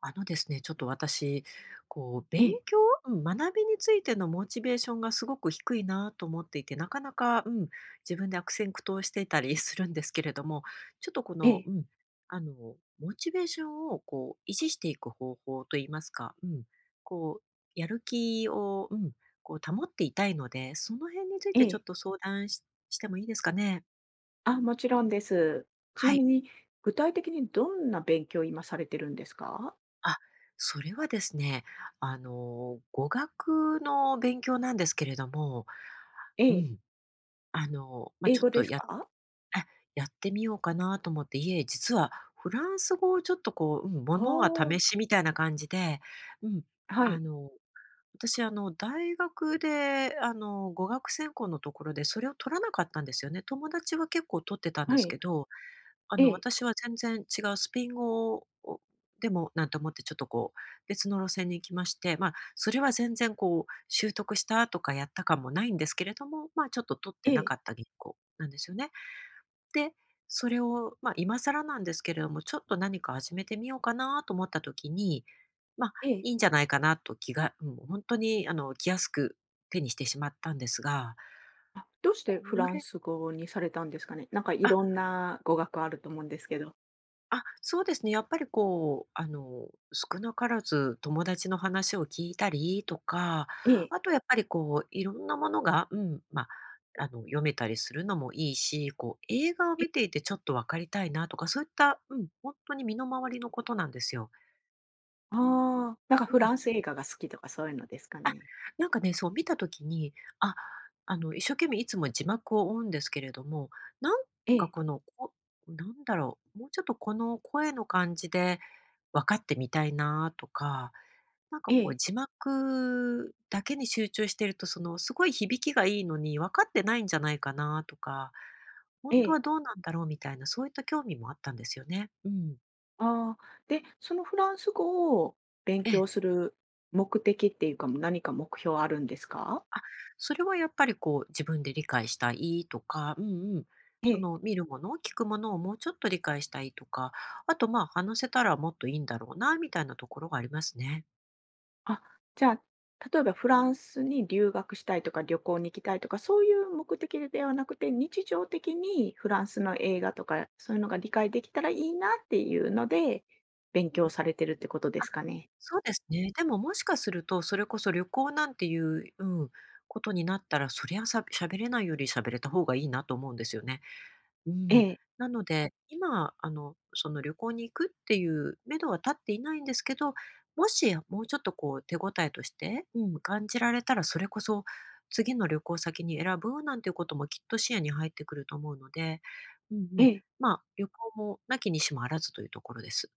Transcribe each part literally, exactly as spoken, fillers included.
あのですね、ちょっと私、こう、え勉え、強、うん、学びについてのモチベーションがすごく低いなと思っていて、なかなか、うん、自分で悪戦苦闘していたり するんですけれども、ちょっとこえの、え、うん、あの、モチベーションをこう維持していく方法といいますか、うん、こう、やる気を、うん、こう保っていたいので、その辺についえてちょっえ。と相談ししてもいいですかね。あ、もちろんです。ちなはみい。に、具体的にどんな勉強を今されてるんですか？あ、それはですね、あの、語学の勉強なんですけれども、えうえ、ん、あの、まあ、英ちょ語っでとすやか？あ、やってみようかなと思って、いえ、実はフランス語をちょっとこう、うん、もああ、のは試しみたいな感じで、うん、はあい、の、私あの、大学であの、語学専攻のところでそれを取らなかったんですよね。友達は結構取ってたんではすけい。どあえの、え、私は全然違うスペイン語をでもなんて思ってちょっとこう、別の路線に行きまして、まあ、それは全然こう習得したとかやった感もないんですけれども、まあ、ちょっと取ってえなえ、かった銀行なんですよね。で、それを、まあ、今更なんですけれども、ちょっと何か始めてみようかなと思った時に、まあ、ええ。いいんじゃないかなと気が、うん、本当にあの、来やすく手にしてしまったんですが、あ、どうしてフこランれス語にされたんですかね？なんかいあ、ろんな語学あると思うんですけど。あ、そうですね。やっぱりこう、あの、少なからず友達の話を聞いたりとか、ええ、あとやっぱりこう、いろんなものが、うん、まあ、あの、読めたりするのもいいし、こう、映画をえ見え、ていてちょっと分かりたいなとか、そういった、うん、本当に身の回りのことなんですよ。ああ、なんかうフん。ランス映画が好きとかそういうのですかね？なんかね、そう見た時に、あ、あの、一生懸命いつも字幕を追うんですけれども、なんえかえ、この、こなんだろう、もうちょっとこの声の感じで分かってみたいなとかなんかえこうえ、字幕だけに集中してると、そのすごい響きがいいのに分かってないんじゃないかなとか、本え当はえ。どうなんだろうみたいな、そういった興味もあったんですよね。うん。ああ、で、そのフランス語を勉え強え。する目的っていうか、何か目標あるんですか？それはやっぱりこう自分で理解したいとか、うんうん。えそえ。の見るもの、聞くものをもうちょっと理解したいとか、あとまあ話せたらもっといいんだろうなみたいなところがありますね。あ、じゃあ、例えばフランスに留学したいとか、旅行に行きたいとか、そういう目的ではなくて、日常的にフランスの映画とか、そういうのが理解できたらいいなっていうので、勉強されてるってことですかね？そうですね。でももしかすると、それこそ旅行なんていう、うん、ことになったら、そりゃさ喋れないより喋れた方がいいなと思うんですよね。うえん。え、なので、今、あの、その旅行に行くっていう目処は立っていないんですけど、もしもうちょっとこう手応えとして、うん、感じられたら、それこそ次の旅行先に選ぶなんていうこともきっと視野に入ってくると思うので、うんうえん。え。まあ、旅行もなきにしもあらずというところです。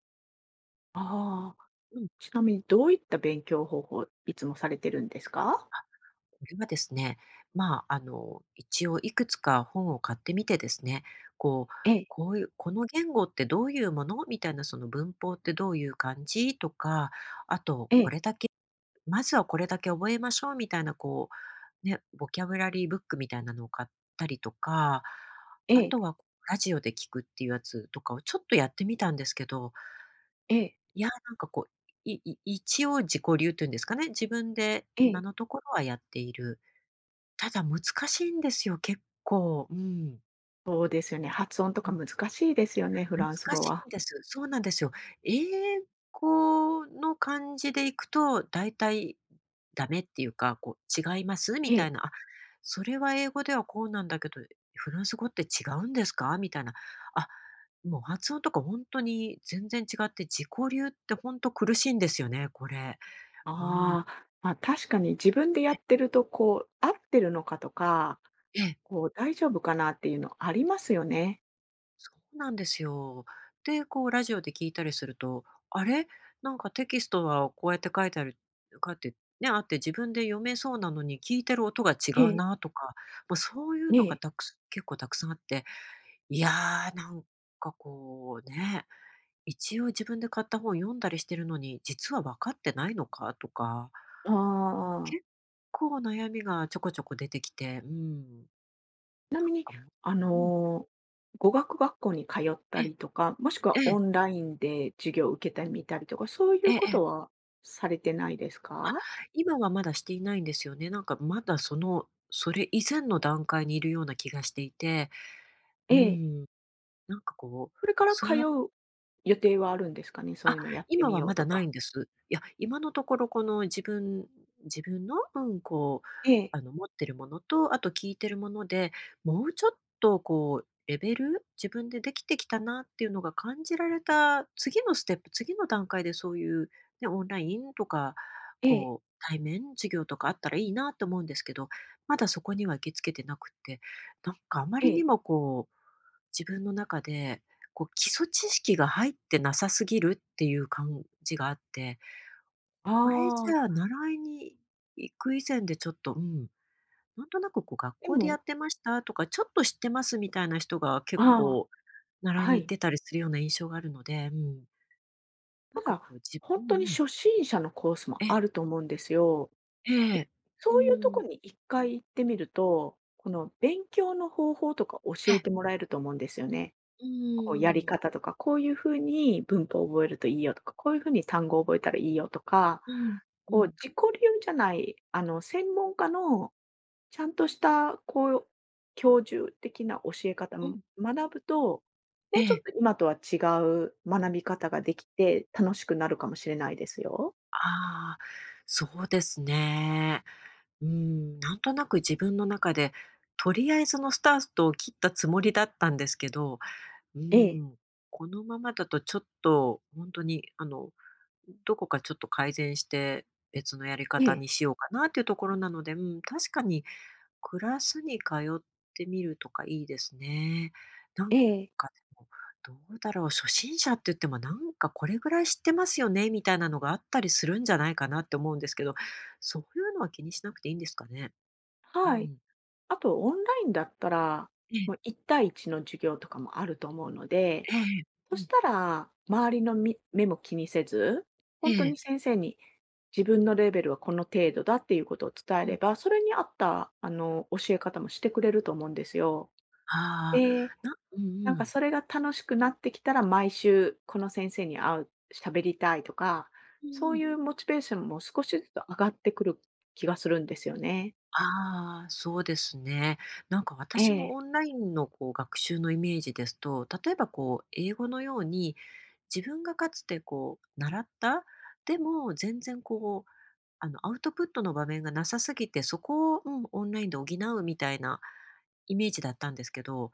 ああ、うん。ちなみにどういった勉強方法、いつもされてるんですか？これはですね、まあ、あの、一応いくつか本を買ってみてですね、こう、ええ、こういう、この言語ってどういうものみたいな、その文法ってどういう感じとか、あと、えこえ、れだけ、まずはこれだけ覚えましょうみたいな、こう、ね、ボキャブラリーブックみたいなのを買ったりとか、えあえ、とは、ラジオで聞くっていうやつとかをちょっとやってみたんですけど、ええ、いや、なんかこう、いい一応自己流というんですかね、自分でえ今え。のところはやっている。ただ難しいんですよ、結構。うん。そうですよね。発音とか難しいですよね、フ難ランス語しいは。んです。そうなんですよ。英語の漢字でいくと、大体ダメっていうか、こう、違いますえみたえ。いな、あ、それは英語ではこうなんだけど、フランス語って違うんですかみたいな。あ、もう発音とか本当に全然違って、自己流って本当苦しいんですよね、これ。うん。ああ、ま、確かに自分でやっえてると、こう、合ってるのかとか、ええ。こう、大丈夫かなっていうのありますよね。そうなんですよ。で、こうラジオで聞いたりすると、あれ、なんかテキストはこうやって書いてあるかってね、あって自分で読めそうなのに聞いてる音が違えうえ、なとか、まあ、そういうえのがえ。たくす結構たくさんあって、いやー、なんかこうね、一応自分で買った本読んだりしてるのに、実は分かってないのかとか、ああ、結構悩みがちょこちょこ出てきて、うーん、なんちなみに、かもあううん、の、語学学校に通ったえ、えりとか、もしくはえ、オンラインで授業を受けてみたりとか、そういうえこえ。とはされてないですあ、か？今はまだしていないんですよね。なんかまだその、それ以前の段階にいるような気がしていて、うええ。ん、なんかこう、これからそ通うやう予定はあるんですかね？そあ、ういうのやって今みはようまとだなか。いんです。いや、今のところこの自分自分の、うん、こう、ええ、あの、持ってるものと、あと聞いてるもので、もうちょっとこうレベル、自分でできてきたなっていうのが感じられた次のステップ、次の段階でそういう、ね、オンラインとか、ええ。こう、対面授業とかあったらいいなと思うんですけど、まだそこには行きつけてなくって、なんかあまえりにえ。もこう自分の中で、こう、基礎知識が入ってなさすぎるっていう感じがあって、これじあゃああ。習いに行く以前でちょっと、うん、なんとなくこう学で校でやも、ってましたとか、ちょっと知ってますみたいな人が結あ構あ、習いはに行っい。てたりするような印象があるので、うん、たなんかこうだ、自分、ほじうんとにんうん。初心者のコースもえ、あると思うんですよ。ええ、うそういうとこん、にいっかい行ってみると、この勉強の方法とか教えええ、てもらえると思うんですよね。うこうやりん、方とか、こういう風に文法を覚えるといいよとか、こういう風に単語を覚えたらいいよとか、うん、うこうん、自己流じゃない、あの、専門家のちゃんとした、こう、教授的な教え方うをん、学ぶと、えもうちょっえ、と今とは違う学び方ができて、楽しくなるかもしれないですよ。ああ、そうですね。うーん、なんとなく自分の中で、とりあえずのスタートを切ったつもりだったんですけど、うーええ、ん、このままだとちょっとほんとに、あの、どこかちょっと改善して、別のやりえ方え、にしようかなっていうところなので、うん、確かにクラスに通ってみるとかいいですね。なんええ、かでも、どうだろう、初心者って言ってもなんかこれぐらい知ってますよねみたいなのがあったりするんじゃないかなって思うんですけど、そういうのは気にしなくていいんですかね？うはい。ん。あとオンラインだったら、ええ、もういち対いちの授業とかもあると思うので、ええ、うそん、したら周りのみ目も気にせず、え本当え、に先生に自分のレベルはこの程度だっていうことを伝えうれん。ば、それに合った、あの、教え方もしてくれると思うんですよ。あで、あ、なうんうなんかん。それが楽しくなってきたら、毎週この先生に会う、喋りたいとか、うそんううんいうモチベーションも少しずつ上がってくる気がするんですよね。ああ、そうですね。なんかえ私のえ、オンラインのこう学習のイメージですと、例えばこう英語のように自分がかつてこう習った、でも全然こうあのアウトプットの場面がなさすぎて、そこを、うん、オンラインで補うみたいなイメージだったんですけど、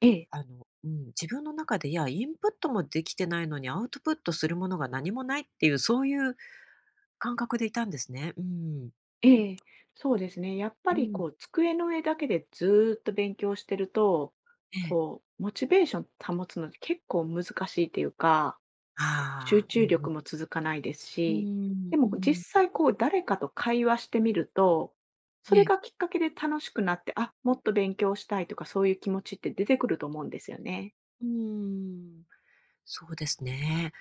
ええ。あの、うん、自分の中でいや、インプットもできてないのにアウトプットするものが何もないっていう、そういう感覚でいたんですね。うん。ええ、そうですね。やっぱうりん。こう机の上だけでずーっと勉強してると、ええ。こうモチベーション保つのって結構難しいっていうか、し集ああ、うん中うん。力も続かないですうーし、でん、うも実ん。際こう誰かと会話してみると、そえれえ。がきっかけで楽しくなって、あ、もっと勉強したいとかそういう気持ちって出てくると思うんですよね。うーん、そうですね。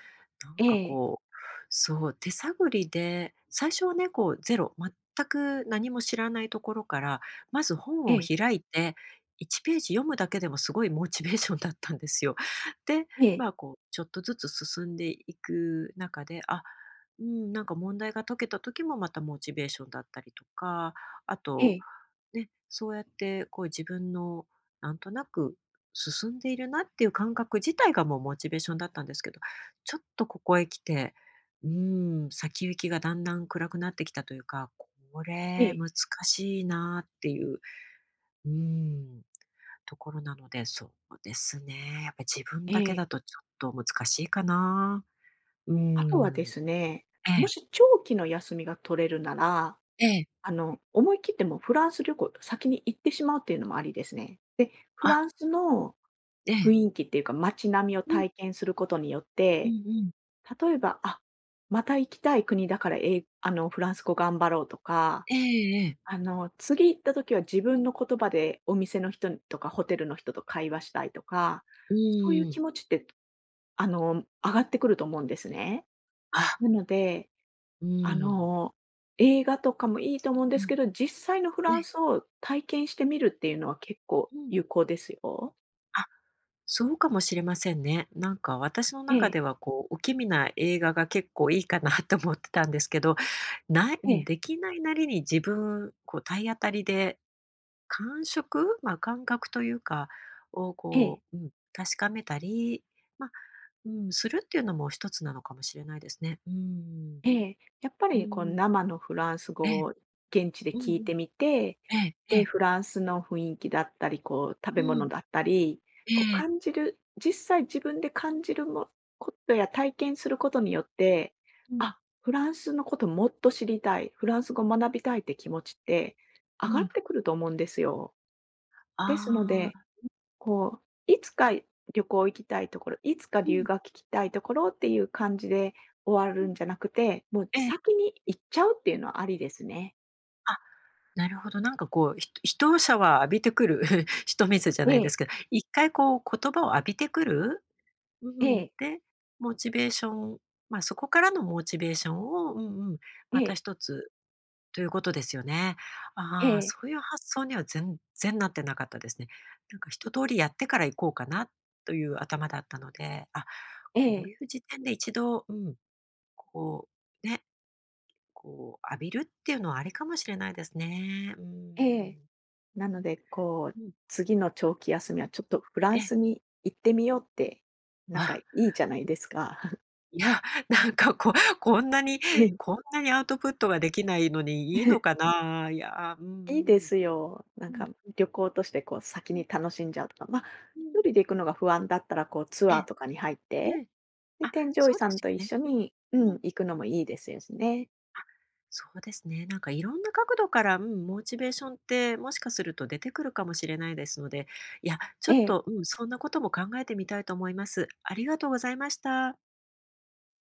なんえかえ、こう、そう、手探りで、最初はね、こうゼロ、全く何も知らないところから、まず本えをえ、開いて、いちページ読むだけでもすごいモチベーションだったんですよ。で、ええ、まあ、こうちょっとずつ進んでいく中で、あ、うん、なんか問題が解けた時もまたモチベーションだったりとか、あえとえ、ね、そうやってこう自分のなんとなく進んでいるなっていう感覚自体がもうモチベーションだったんですけど、ちょっとここへ来て、うーん、先行きがだんだん暗くなってきたというか、こえれえ、難しいなっていう、うーん、ところなので、そうですね。やっぱり自分えだけだえ。とちょっと難しいかな。うーあとはでん。すね、えもえ、し長期の休みが取れるなら、ええ、あの、思い切ってもうフランス旅行先に行ってしまうっていうのもありですね。で、フあ、ランスのえ雰え、囲気っていうか、街並みをうん、体験することによっうて、んうん。例えば、あ、また行きたい国だから、えいあの、フランス語頑張ろうとか、ええええ、あの、次行った時は自分の言葉でお店の人とかホテルの人と会話したいとか、うそういうー気ん。持ちって、あの、上がってくると思うんですね。あ、なので、うあーん。の、映画とかもいいと思うんでうすん。けど、実際のフえランえ。スを体験してみるっていうのは結構うん。有効ですよ。あ、そうかもしれませんね。なんか私のえ中え、ではこう、お気味な映画が結構いいかな と思ってたんですけど、ないうえん、え、できないなりに自分、こう体当たりで感触、ま、感覚というかをええ。こう、うん、確かめたり、まあ、うん、するっていうのも一つなのかもしれないですね。うん。ええ、やっぱうりこうん。生のフランスええ。語を現地でうん聞いうん。てみて、えええで、フえ。ランスの雰囲気だったり、こう食うべん。物だったり、えこうえ。感じる、実際自分で感じるもことや体験することによって、うん、あ、フランスのこともっと知りたい、フランス語学びたいって気持ちって上うがっん。てくると思うんですよ。ですのあで、あ、こう、いつか旅行行きたいところ、いつかう留ん、学行きたいところっていう感じで終わうるんん。じゃなくて、もうええ。先に行っちゃうっていうのはありですね。あなるほど、なんかこう、ひとシャワー浴びてくる 一水じゃえないでえ、すけど、一回こう言葉を浴びてくる、うえん、え、で、モチベーション、ま、そこからのモチベーションを、うんうん、えまたえ、一つということですよね。えああ、え、そういう発想には全然なってなかったですね。なんか一通りやってから行こうかなという頭だったので、あ、えこうえ、いう時点で一度、うん、こうね、こう浴びるっていうのはありかもしれないですね。うええ。ん。なので、こう、うん。次の長期休みはちょっとフランえスに行ってみようって、なんかあ、いいじゃないですか。いや、なんかこ こんなにええ こんなにアウトプットができないのにいいのか な。いや、うんういいでんうん。すよ。なんうかん、旅行としてこう先うん、に楽しんじゃうとか、まあ、う一ん。人で行くのが不安だったら、こうツえアーえ、とかに入っえて、え。で、あ、添乗員そうさですんと一よね。緒うん、に、ううん、ん。行くのもいいですよね。あ、そうですね。なんかいろんな角度から、うん、モチベーションってもしかすると出てくるかもしれないですので、いや、ちょえっえ。と、うん、そんなことも考えてみたいと思います。ありがとうございました。